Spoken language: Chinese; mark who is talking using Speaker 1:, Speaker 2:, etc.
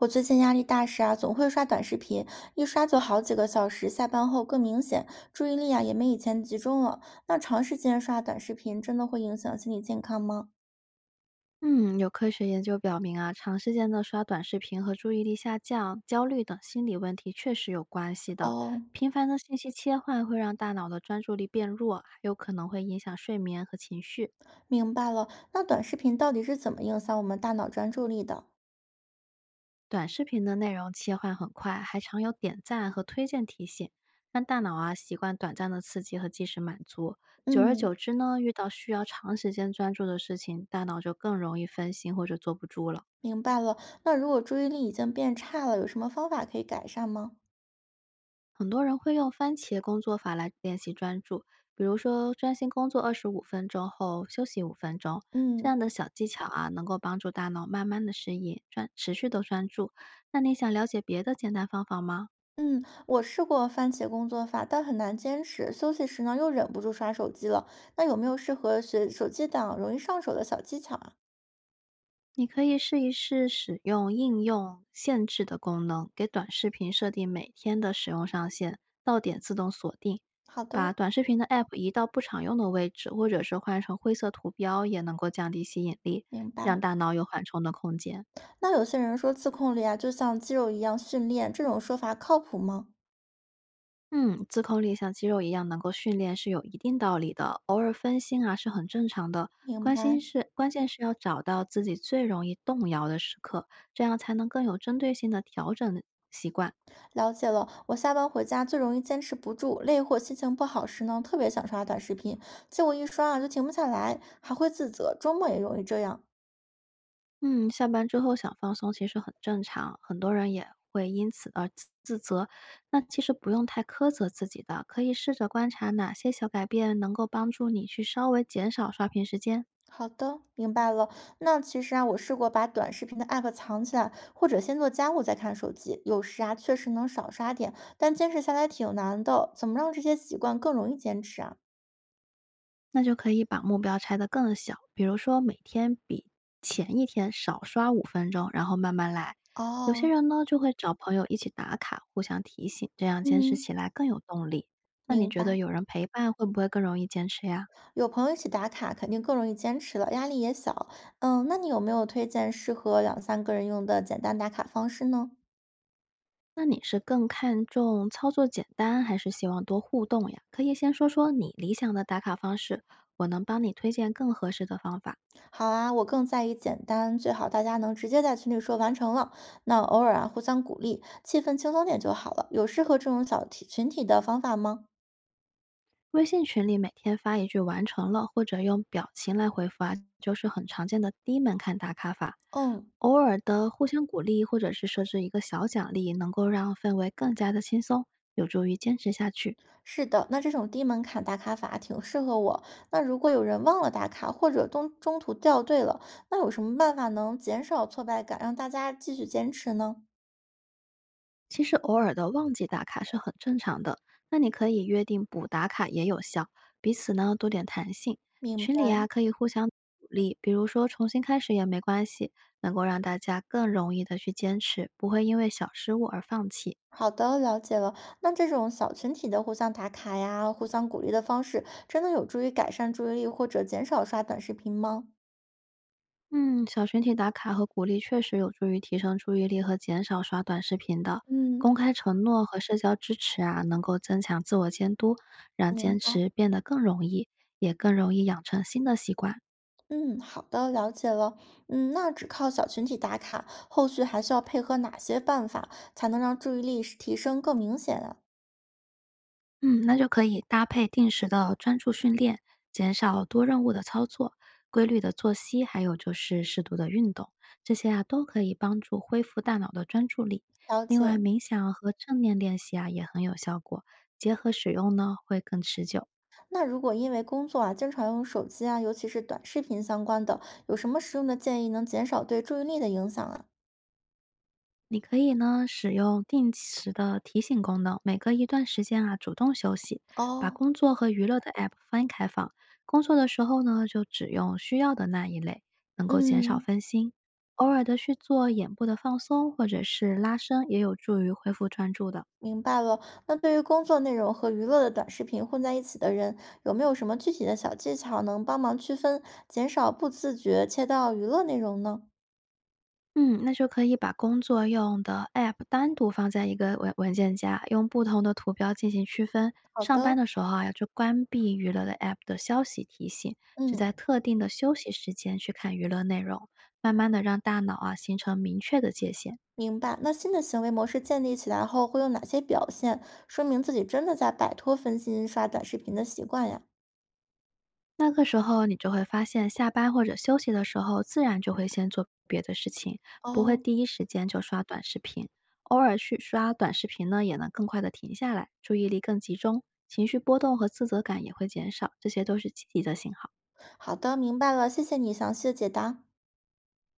Speaker 1: 我最近压力大时啊，总会刷短视频，一刷就好几个小时，下班后更明显，注意力啊也没以前集中了。那长时间刷短视频真的会影响心理健康吗？
Speaker 2: 嗯，有科学研究表明啊，长时间的刷短视频和注意力下降、焦虑等心理问题确实有关系的。
Speaker 1: 哦，
Speaker 2: 频繁的信息切换会让大脑的专注力变弱，还有可能会影响睡眠和情绪。
Speaker 1: 明白了。那短视频到底是怎么影响我们大脑专注力的？
Speaker 2: 短视频的内容切换很快，还常有点赞和推荐提醒，让大脑啊习惯短暂的刺激和即时满足。久而久
Speaker 1: 嗯，
Speaker 2: 之呢，遇到需要长时间专注的事情，大脑就更容易分心或者坐不住了。
Speaker 1: 明白了。那如果注意力已经变差了，有什么方法可以改善吗？
Speaker 2: 很多人会用番茄工作法来练习专注，比如说专心工作25分钟后休息五分钟，这
Speaker 1: 嗯。
Speaker 2: 样的小技巧啊，能够帮助大脑慢慢的适应专持续的专注。那你想了解别的简单方法吗？
Speaker 1: 嗯，我试过番茄工作法，但很难坚持。休息时呢，又忍不住刷手机了。那有没有适合学手机党、容易上手的小技巧啊？
Speaker 2: 你可以试一试使用应用限制的功能，给短视频设定每天的使用上限，到点自动锁定。
Speaker 1: 好的
Speaker 2: 把
Speaker 1: 哦，
Speaker 2: 短视频的 App 移到不常用的位置，或者是换成灰色图标，也能够降低吸引力，
Speaker 1: 明白。
Speaker 2: 让大脑有缓冲的空间。
Speaker 1: 那有些人说自控力啊，就像肌肉一样训练，这种说法靠谱吗？
Speaker 2: 嗯，自控力像肌肉一样能够训练是有一定道理的，偶尔分心啊是很正常的。
Speaker 1: 明白，
Speaker 2: 关键是要找到自己最容易动摇的时刻，这样才能更有针对性的调整习惯。
Speaker 1: 了解了。我下班回家最容易坚持不住，累或心情不好时呢，特别想刷短视频，结果一刷啊就停不下来，还会自责。周末也容易这样。
Speaker 2: 嗯，下班之后想放松其实很正常，很多人也会因此而自责。那其实不用太苛责自己的，可以试着观察哪些小改变能够帮助你去稍微减少刷屏时间。
Speaker 1: 好的，明白了。那其实啊，我试过把短视频的 app 藏起来，或者先做家务再看手机。有时啊，确实能少刷点，但坚持下来挺难的。怎么让这些习惯更容易坚持啊？
Speaker 2: 那就可以把目标拆得更小，比如说每天比前一天少刷五分钟，然后慢慢来。有些
Speaker 1: 哦，
Speaker 2: 人呢就会找朋友一起打卡，互相提醒，这样坚持
Speaker 1: 嗯，
Speaker 2: 起来更有动力。那你
Speaker 1: 明
Speaker 2: 觉得
Speaker 1: 白。
Speaker 2: 有人陪伴会不会更容易坚持呀？
Speaker 1: 有朋友一起打卡，肯定更容易坚持了，压力也小。嗯，那你有没有推荐适合两三个人用的简单打卡方式呢？
Speaker 2: 那你是更看重操作简单，还是希望多互动呀？可以先说说你理想的打卡方式，我能帮你推荐更合适的方法。
Speaker 1: 好啊，我更在意简单，最好大家能直接在群里说完成了。那偶尔啊，互相鼓励，气氛轻松点就好了。有适合这种小体群体的方法吗？
Speaker 2: 微信群里每天发一句“完成了”或者用表情来回复啊，就是很常见的低门槛打卡法。
Speaker 1: 嗯，
Speaker 2: 偶尔的互相鼓励，或者是设置一个小奖励，能够让氛围更加的轻松，有助于坚持下去。
Speaker 1: 是的，那这种低门槛打卡法挺适合我。那如果有人忘了打卡，或者中途掉队了，那有什么办法能减少挫败感，让大家继续坚持呢？
Speaker 2: 其实偶尔的忘记打卡是很正常的，那你可以约定补打卡也有效，彼此呢多点弹性。
Speaker 1: 明
Speaker 2: 群里
Speaker 1: 白
Speaker 2: 啊可以互相鼓励，比如说重新开始也没关系，能够让大家更容易的去坚持，不会因为小失误而放弃。
Speaker 1: 好的，了解了。那这种小群体的互相打卡呀、互相鼓励的方式，真的有助于改善注意力或者减少刷短视频吗？
Speaker 2: 嗯，小群体打卡和鼓励确实有助于提升注意力和减少刷短视频的。公
Speaker 1: 嗯，
Speaker 2: 开承诺和社交支持啊，能够增强自我监督，让
Speaker 1: 明
Speaker 2: 坚
Speaker 1: 白。
Speaker 2: 持变得更容易，也更容易养成新的习惯。
Speaker 1: 嗯，好的，了解了。嗯，那只靠小群体打卡，后续还需要配合哪些办法才能让注意力是提升更明显啊？
Speaker 2: 嗯，那就可以搭配定时的专注训练，减少多任务的操作，规律的作息，还有就是适度的运动，这些啊都可以帮助恢复大脑的专注力。
Speaker 1: 了
Speaker 2: 另外，
Speaker 1: 解。
Speaker 2: 冥想和正念练习啊也很有效果，结合使用呢会更持久。
Speaker 1: 那如果因为工作啊，经常用手机啊，尤其是短视频相关的，有什么实用的建议能减少对注意力的影响啊？
Speaker 2: 你可以呢使用定时的提醒功能，每隔一段时间啊主动休息，把
Speaker 1: 哦，
Speaker 2: 工作和娱乐的 app 分开放。工作的时候呢，就只用需要的那一类，能够减少
Speaker 1: 嗯，
Speaker 2: 分心。偶尔的去做眼部的放松或者是拉伸，也有助于恢复专注的。
Speaker 1: 明白了。那对于工作内容和娱乐的短视频混在一起的人，有没有什么具体的小技巧能帮忙区分，减少不自觉切到娱乐内容呢？
Speaker 2: 嗯，那就可以把工作用的 App 单独放在一个文件夹，用不同的图标进行区分。
Speaker 1: 好
Speaker 2: 上班
Speaker 1: 的，
Speaker 2: 的时候啊，就关闭娱乐的 App 的消息提醒，只在
Speaker 1: 嗯，
Speaker 2: 特定的休息时间去看娱乐内容，慢慢的让大脑啊形成明确的界限。
Speaker 1: 明白。那新的行为模式建立起来后，会有哪些表现，说明自己真的在摆脱分心刷短视频的习惯呀？
Speaker 2: 那个时候你就会发现，下班或者休息的时候，自然就会先做别的事情，不会
Speaker 1: 哦，
Speaker 2: 第一时间就刷短视频。偶尔去刷短视频呢，也能更快的停下来，注意力更集中，情绪波动和自责感也会减少，这些都是积极的信号。
Speaker 1: 好的，明白了，谢谢你详细的解答。